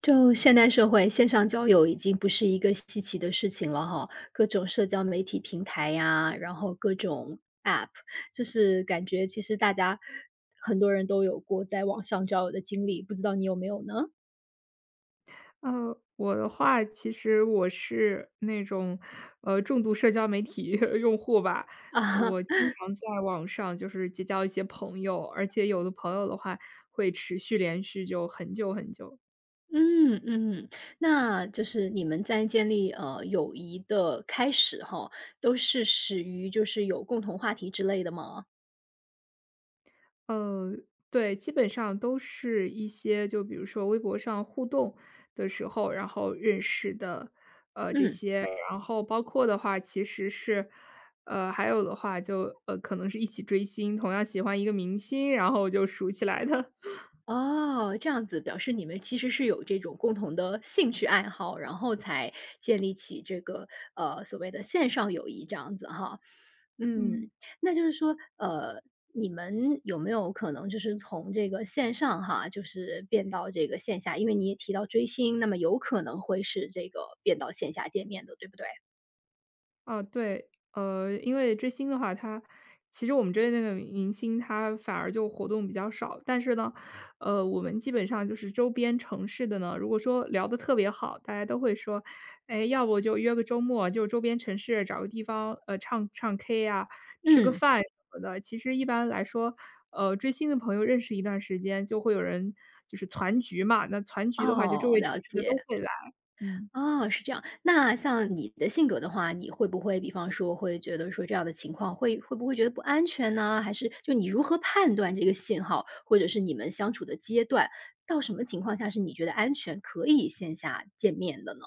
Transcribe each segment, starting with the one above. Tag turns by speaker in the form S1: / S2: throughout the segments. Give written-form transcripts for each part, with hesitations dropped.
S1: 就现代社会，线上交友已经不是一个稀奇的事情了哈，各种社交媒体平台呀，然后各种 App，就是感觉其实大家很多人都有过在网上交友的经历，不知道你有没有呢？
S2: 我的话，其实我是那种，重度社交媒体 用户吧。
S1: 啊，
S2: 我经常在网上就是结交一些朋友，而且有的朋友的话会持续连续就很久很久。
S1: 嗯嗯，那就是你们在建立友谊的开始哈，都是始于就是有共同话题之类的吗？
S2: 呃，对，基本上都是一些就比如说微博上互动的时候，然后认识的，呃，这
S1: 嗯。
S2: 些，然后包括的话其实是，还有的话就，可能是一起追星，同样喜欢一个明星，然后就熟起来的，
S1: 哦，这样子表示你们其实是有这种共同的兴趣爱好，然后才建立起这个，所谓的线上友谊这样子哈。
S2: 嗯。
S1: 嗯，那就是说，你们有没有可能就是从这个线上哈，就是变到这个线下？因为你也提到追星，那么有可能会是这个变到线下见面的，对不对？
S2: 啊，对，因为追星的话，其实我们追的那个明星他反而就活动比较少，但是呢，我们基本上就是周边城市的呢，如果说聊得特别好，大家都会说，哎，要不就约个周末，就周边城市找个地方，唱唱 K 呀，吃个
S1: 嗯。
S2: 饭什么的。其实一般来说，追星的朋友认识一段时间，就会有人就是攒局嘛，那攒局的话，就周
S1: 哦，
S2: 围城
S1: 了
S2: 市的都
S1: 解。
S2: 会来，嗯。
S1: 哦，是这样。那像你的性格的话，你会不会比方说会觉得说这样的情况会不会觉得不安全呢？还是就你如何判断这个信号，或者是你们相处的阶段，到什么情况下是你觉得安全可以线下见面的呢？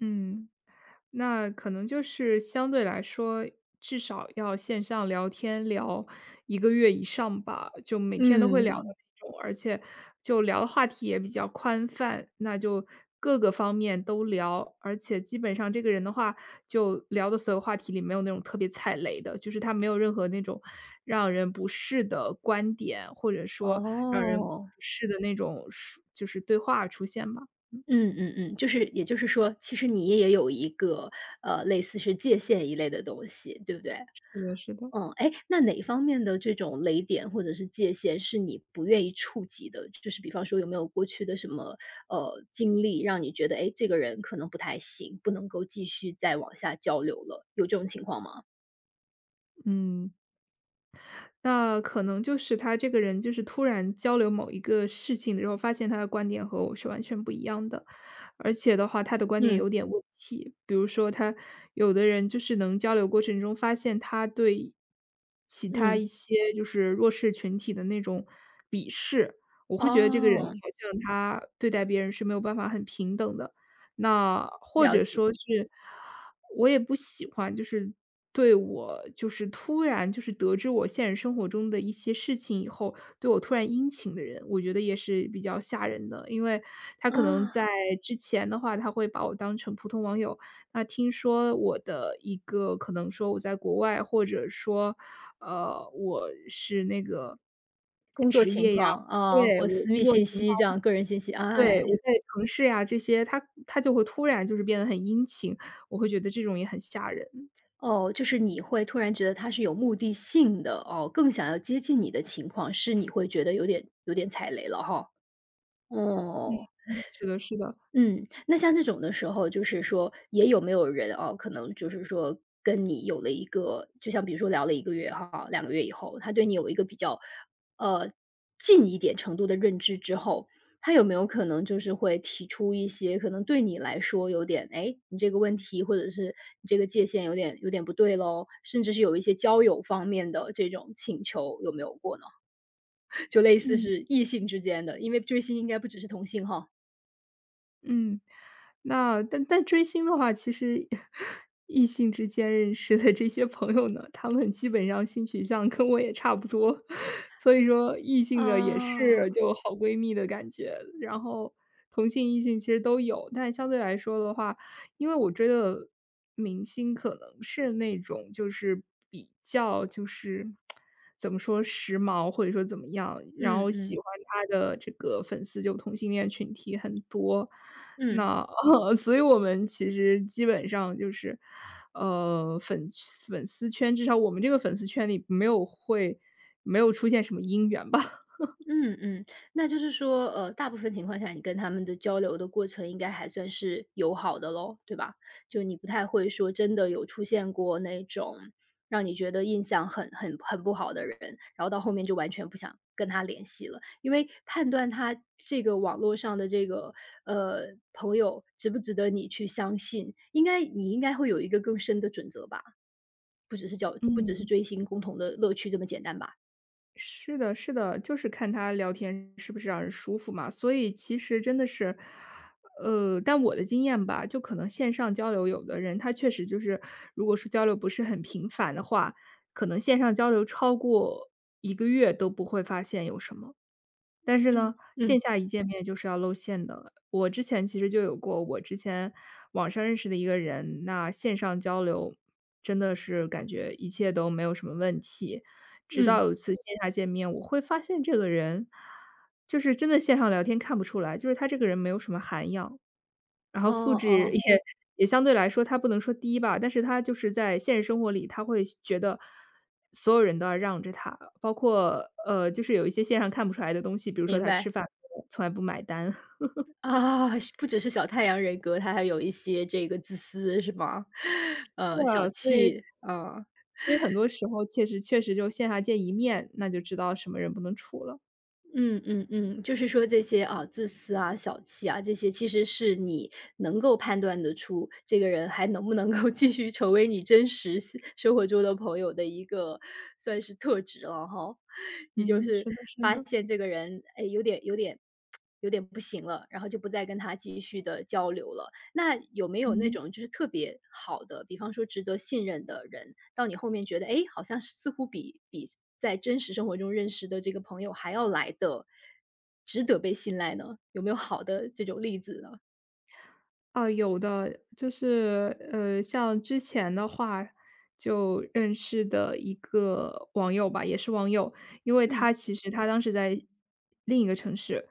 S2: 嗯，那可能就是相对来说，至少要线上聊天聊一个月以上吧，就每天都会聊的
S1: 嗯。
S2: 那种，而且就聊的话题也比较宽泛，那就各个方面都聊。而且基本上这个人的话，就聊的所有话题里没有那种特别踩雷的，就是他没有任何那种让人不适的观点，或者说让人不
S1: 哦，
S2: 适的那种说就是对话出现吧。
S1: 嗯嗯嗯，就是也就是说，其实你也有一个，类似是界限一类的东西，对不对？
S2: 是的是的，
S1: 嗯，哎，那哪方面的这种雷点或者是界限是你不愿意触及的？就是比方说有没有过去的什么，经历让你觉得哎，诶，这个人可能不太行，不能够继续再往下交流了，有这种情况吗？
S2: 嗯。那可能就是他这个人，就是突然交流某一个事情的时候，发现他的观点和我是完全不一样的，而且的话，他的观点有
S1: 嗯，
S2: 点问题。比如说，有的人就是能交流过程中发现他对其他一
S1: 嗯，
S2: 些就是弱势群体的那种鄙视，我会觉得这个人
S1: 哦，
S2: 好像他对待别人是没有办法很平等的。那或
S1: 了
S2: 者
S1: 解，
S2: 说是，我也不喜欢，就是对我就是突然就是得知我现实生活中的一些事情以后，对我突然殷勤的人，我觉得也是比较吓人的。因为他可能
S1: 啊，
S2: 在之前的话，他会把我当成普通网友，那听说我的一个可能说我在国外，或者说，我是那个
S1: 工作情况，啊，
S2: 对，
S1: 或
S2: 我
S1: 私
S2: 工
S1: 密
S2: 作
S1: 信
S2: 情
S1: 息这
S2: 况
S1: 样，个人信息，
S2: 对，
S1: 哎，
S2: 我在城市呀这些，他就会突然就是变得很殷勤，我会觉得这种也很吓人。
S1: 哦，就是你会突然觉得他是有目的性的，哦，更想要接近你的情况，是你会觉得有点踩雷了哈，哦。
S2: 嗯是的是的，
S1: 嗯，那像这种的时候，就是说也有没有人哦，可能就是说跟你有了一个就像比如说聊了一个月哈两个月以后，他对你有一个比较，呃，近一点程度的认知之后，他有没有可能就是会提出一些可能对你来说有点，哎，你这个问题或者是你这个界限有点不对咯，甚至是有一些交友方面的这种请求有没有过呢？就类似
S2: 嗯。
S1: 是异性之间的，因为追星应该不只是同性哈。
S2: 嗯。那但追星的话，其实 异性之间认识的这些朋友呢，他们基本上性取向跟我也差不多，所以说异性的也
S1: 啊，
S2: 是就好闺蜜的感觉，然后同性异性其实都有，但相对来说的话因为我追的明星可能是那种就是比较就是怎么说时髦，或者说怎么样，然
S1: 嗯
S2: 后喜
S1: 嗯。
S2: 欢他的这个粉丝就同性恋群体很多。
S1: 嗯，
S2: 那 所以我们其实基本上就是，呃，粉粉丝圈，至少我们这个粉丝圈里没有出现什么姻缘吧。
S1: 嗯嗯，那就是说，大部分情况下，你跟他们的交流的过程应该还算是友好的咯，对吧？就你不太会说真的有出现过那种让你觉得印象很不好的人，然后到后面就完全不想跟他联系了，因为判断他这个网络上的这个朋友值不值得你去相信，应该你应该会有一个更深的准则吧，不只是
S2: 嗯
S1: 追星共同的乐趣这么简单吧？
S2: 是的，是的，就是看他聊天是不是让人舒服嘛。所以其实真的是，但我的经验吧，就可能线上交流，有的人他确实就是，如果说交流不是很频繁的话，可能线上交流超过一个月都不会发现有什么。但是呢，
S1: 嗯。嗯
S2: 线下一见面就是要露馅的。我之前其实就有过，我之前网上认识的一个人，那线上交流真的是感觉一切都没有什么问题。直
S1: 嗯。
S2: 到有一次线下见面，我会发现这个人就是真的线上聊天看不出来，就是他这个人没有什么涵养，然后
S1: 哦
S2: 素质
S1: 哦，
S2: 也相对来说他不能说低吧，但是他就是在现实生活里，他会觉得所有人都要让着他，包括，就是有一些线上看不出来的东西，比如说
S1: 明
S2: 他吃
S1: 白。
S2: 饭从来不买单。
S1: 啊，是不只是小太阳人格，他还有一些这个自私是吗？
S2: 对
S1: 小
S2: 的，所以
S1: 气，啊，
S2: 很多时候确实确实就线下见一面，那就知道什么人不能处了。
S1: 嗯嗯嗯，就是说这些啊，自私啊、小气啊，这些其实是你能够判断得出这个人还能不能够 继续成为你真实活中的朋友的一个算是特质了哈。你就
S2: 嗯，
S1: 是
S2: 是的是
S1: 发
S2: 的，
S1: 现这个人，哎，有点不行了，然后就不再跟他继续的交流了。那有没有那
S2: 嗯。
S1: 种就是特别好的，比方说值得信任的人，到你后面觉得，哎，好像似乎比在真实生活中认识的这个朋友还要来的值得被信赖呢？有没有好的这种例子呢？
S2: 啊，有的，就是像之前的话，就认识的一个网友吧，也是网友，因为他
S1: 嗯。
S2: 其实他当时在另一个城市，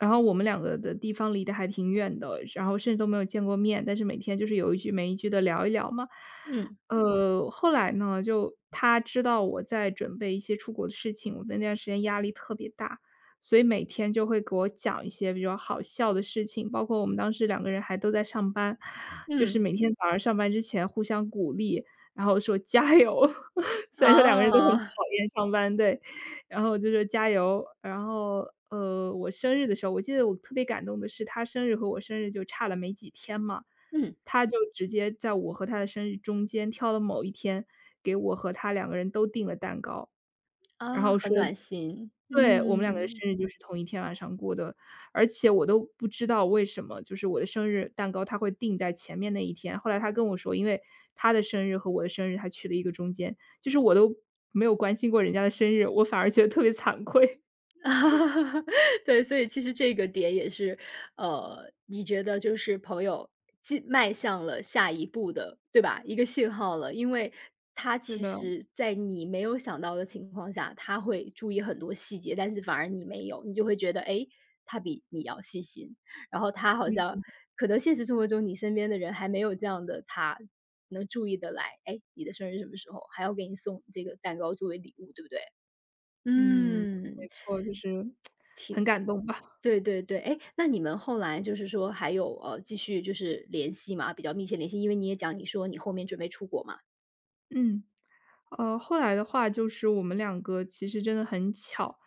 S2: 然后我们两个的地方离得还挺远的，然后甚至都没有见过面，但是每天就是有一句没一句的聊一聊嘛。
S1: 嗯
S2: 后来呢，就他知道我在准备一些出国的事情，我的那段时间压力特别大，所以每天就会给我讲一些比较好笑的事情，包括我们当时两个人还都在上班，就是
S1: 嗯。
S2: 每天早上上班之前互相鼓励，然后说加油。虽然说两个
S1: 哦，
S2: 人
S1: 嗯
S2: 都很
S1: 啊
S2: 讨厌上班，对，然后就说加油。然后，我生日的时候，我记得我特别感动的是，他生日和我生日就差了没几天嘛，
S1: 嗯
S2: 他就直接在我和他的生日中间挑了某一天，给我和他两个人都订了蛋糕。然
S1: 啊，
S2: 后
S1: 很
S2: 说
S1: 暖心，
S2: 对，我们两个的
S1: 嗯。
S2: 生日就是同一天晚上过的，而且我都不知道为什么，就是我的生日蛋糕他会定在前面那一天。后来他跟我说，因为他的生日和我的生日，他去了一个中间，就是我都没有关心过人家的生日，我反而觉得特别惭愧。
S1: 啊，对，所以其实这个点也是，你觉得就是朋友迈向了下一步的，对吧？一个信号了，因为他
S2: 是
S1: 其
S2: 的，
S1: 实在你没有想到的情况下，他会注意很多细节，但是反而你没有，你就会觉得，诶，他比你要细心，然后他好
S2: 嗯
S1: 像可能现实生活中你身边的人还没有这样的他。能注意得来，哎，你的生日什么时候？还要给你送这个蛋糕作为礼物，对不对？
S2: 嗯，没
S1: 嗯，
S2: 错，就是很感动吧，
S1: 对对对，哎，那你们后来就是说还有继续就是联系嘛，比较密切联系，因为你也讲你说你后面准备出国嘛。
S2: 嗯。后来的话就是我们两个其实真的很巧，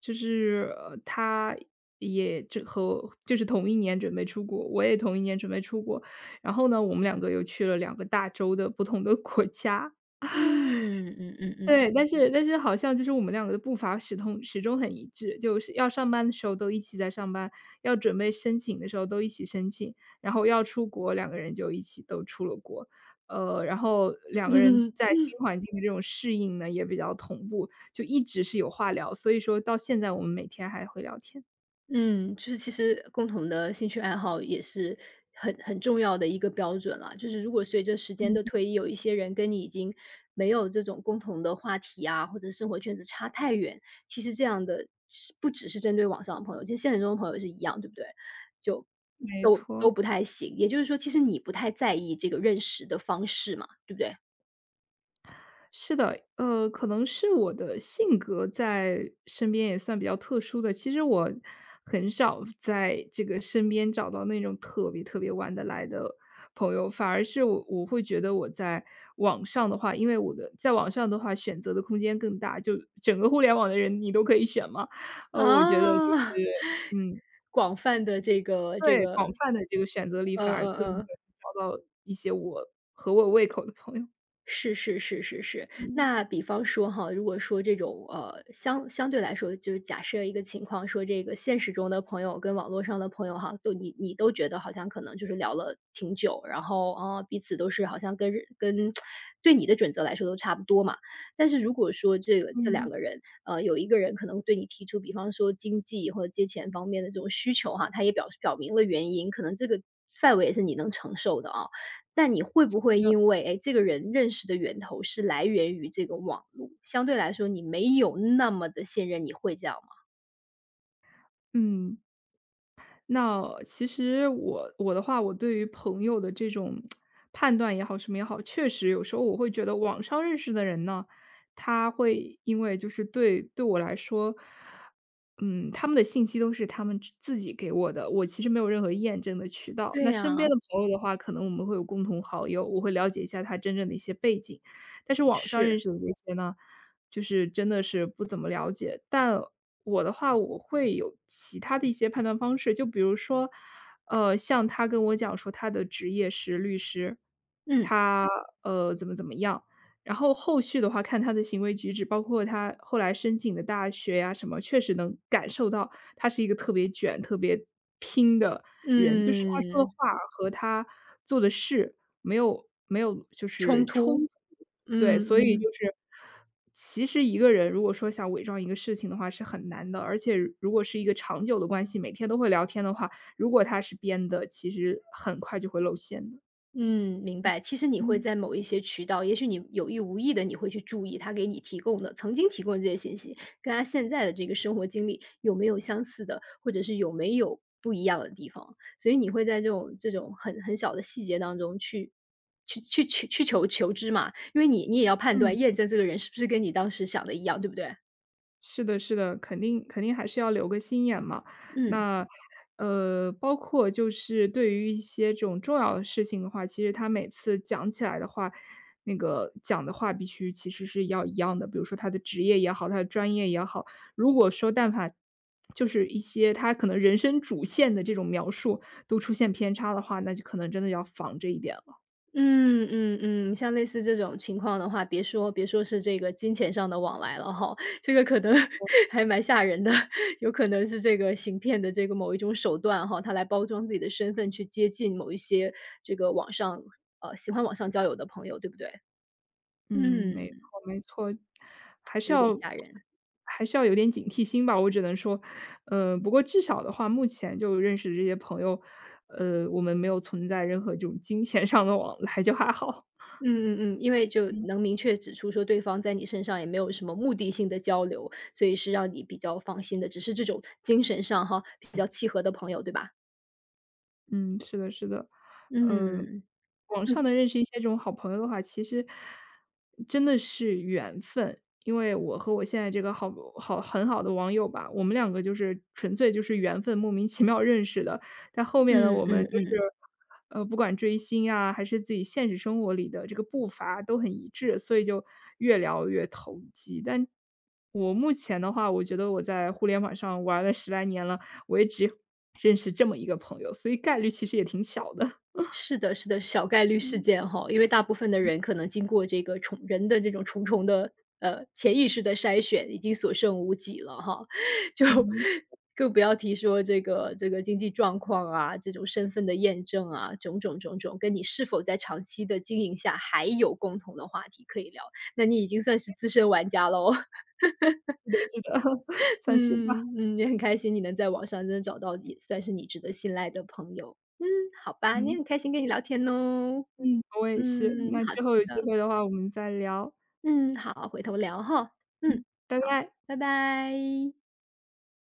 S2: 就是，他也就是同一年准备出国，我也同一年准备出国。然后呢，我们两个又去了两个大洲的不同的国家。
S1: 嗯嗯嗯嗯。
S2: 对，但是好像就是我们两个的步伐始终始终很一致，就是要上班的时候都一起在上班，要准备申请的时候都一起申请，然后要出国，两个人就一起都出了国。然后两个人 在新环境的这种适应呢，也比较同步，就一直是有话聊，所以说到现在我们每天还会聊天。
S1: 嗯，就是其实共同的兴趣爱好也是很重要的一个标准了。就是如果随着时间
S2: 嗯，
S1: 的推移，有一些人跟你已经没有这种共同的话题啊，或者生活圈子差太远，其实这样的是不只是针对网上的朋友，其实现实中的朋友是一样，对不对？就
S2: 没
S1: 都
S2: 错。
S1: 不太行。也就是说，其实你不太在意这个认识的方式嘛，对不对？
S2: 是的，可能是我的性格在身边也算比较特殊的。其实我很少在这个身边找到那种特别特别玩得来的朋友，反而是我会觉得我在网上的话，因为我的在网上的话选择的空间更大，就整个互联网的人你都可以选嘛。
S1: 啊，
S2: 我觉得就是 嗯，
S1: 广泛的这个这
S2: 对，广
S1: 个，
S2: 泛的这个选择力反
S1: 嗯
S2: 而
S1: 嗯
S2: 更能
S1: 嗯。
S2: 找到一些我合我胃口的朋友。
S1: 是是是是是。
S2: 嗯
S1: 那比方说哈，如果说这种，相对来说，就是假设一个情况说这个现实中的朋友跟网络上的朋友哈，都你都觉得好像可能就是聊了挺久，然后，啊，彼此都是好像跟对你的准则来说都差不多嘛。但是如果说这
S2: 嗯，
S1: 两个人，有一个人可能对你提出，比方说经济或者借钱方面的这种需求哈，他也表明了原因，可能这个范围也是你能承受的啊。但你会
S2: 我
S1: 不会
S2: 觉得
S1: 因为，哎，这个人认识的源头是来源于这个网络，相对来说你没有那么的信任，你会这样吗？
S2: 嗯。那其实我的话，我对于朋友的这种判断也好，什么也好，确实有时候我会觉得网上认识的人呢，他会因为就是对我来说，嗯，他们的信息都是他们自己给我的，我其实没有任何验证的渠道。
S1: 对
S2: 那身边
S1: 呀，
S2: 的朋友的话，可能我们会有共同好友，我会了解一下他真正的一些背景。但是网上认
S1: 是，
S2: 识的这些呢，就是真的是不怎么了解。但我的话，我会有其他的一些判断方式，就比如说，像他跟我讲说他的职业是律师，
S1: 嗯，
S2: 他怎么怎么样。然后后续的话，看他的行为举止，包括他后来申请的大学呀什么，确实能感受到他是一个特别卷、特别拼的人。就是他说的
S1: 嗯，
S2: 话和他做的事没有就
S1: 冲
S2: 是冲
S1: 突，
S2: 突。对，
S1: 嗯
S2: 所以嗯
S1: 嗯。
S2: 就是其实一个人如果说想伪装一个事情的话是很难的，而且如果是一个长久的关系，每天都会聊天的话，如果他是编的，其实很快就会露馅的。
S1: 嗯，明白。其实你会
S2: 嗯。
S1: 在某一些渠道，也许你有意无意的，你会去注意他给你提供的曾经提供的这些信息，跟他现在的这个生活经历有没有相似的，或者是有没有不一样的地方。所以你会在这种很小的细节当中去去去去去求知嘛，因为你也要判
S2: 嗯。
S1: 断验证这个人是不是跟你当时想的一样，对不对？
S2: 是的，是的，肯定肯定还是要留个心眼嘛。
S1: 嗯。
S2: 那，包括就是对于一些这种重要的事情的话，其实他每次讲起来的话，那个讲的话必须其实是要一样的。比如说他的职业也好，他的专业也好，如果说但凡就是一些他可能人生主线的这种描述都出现偏差的话，那就可能真的要防着一点了。
S1: 嗯嗯嗯，像类似这种情况的话，别说是这个金钱上的往来了哈，这个可能 还蛮吓人的，有可能是这个行骗的这个某一种手段哈，他来包装自己的身份去接近某一些这个网上喜欢网上交友的朋友，对不对？
S2: 嗯，
S1: 嗯，
S2: 没错没错，还是
S1: 有点
S2: 要
S1: 吓人。
S2: 还是要有点警惕心吧，我只能说。不过至少的话，目前就认识的这些朋友，我们没有存在任何这种金钱上的往来，就还好。
S1: 嗯嗯嗯，因为就能明确指出说对方在你身上也没有什么目的性的交流，所以是让你比较放心的，只是这种精神上哈比较契合的朋友，对吧？
S2: 嗯，是的，是的。呃，嗯
S1: 嗯。
S2: 网上能认识一些这种好朋友的话，其实真的是缘分。因为我和我现在这个好很好的网友吧，我们两个就是纯粹就是缘分，莫名其妙认识的。但后面呢，
S1: 嗯
S2: 我们
S1: 嗯
S2: 就
S1: 嗯，
S2: 是，不管追星啊，还是自己现实生活里的这个步伐都很一致，所以就越聊越投机。但我目前的话，我觉得我在互联网上玩了10来年了，我也只认识这么一个朋友，所以概率其实也挺小的。
S1: 是的是的，小概率事
S2: 嗯
S1: 件哈，因为大部分的人可能经过这个重人的这种重重的，潜意识的筛选，已经所剩无几了哈。就
S2: 嗯，是
S1: 更不要提说这个经济状况啊，这种身份的验证啊，种种种种，跟你是否在长期的经营下还有共同的话题可以聊，那你已经算是资深玩家喽。
S2: 的，是的，算是吧。
S1: 嗯嗯，也很开心你能在网上真的找到也算是你值得信赖的朋友。嗯，好吧，你
S2: 嗯，
S1: 很开心跟你聊天哦。
S2: 嗯。我也是，
S1: 嗯，
S2: 那
S1: 好
S2: 之后有机
S1: 的，
S2: 会的话我们再聊，
S1: 嗯，好，回头聊哈。嗯，
S2: 嗯。拜
S1: 好，
S2: 拜。
S1: 拜拜。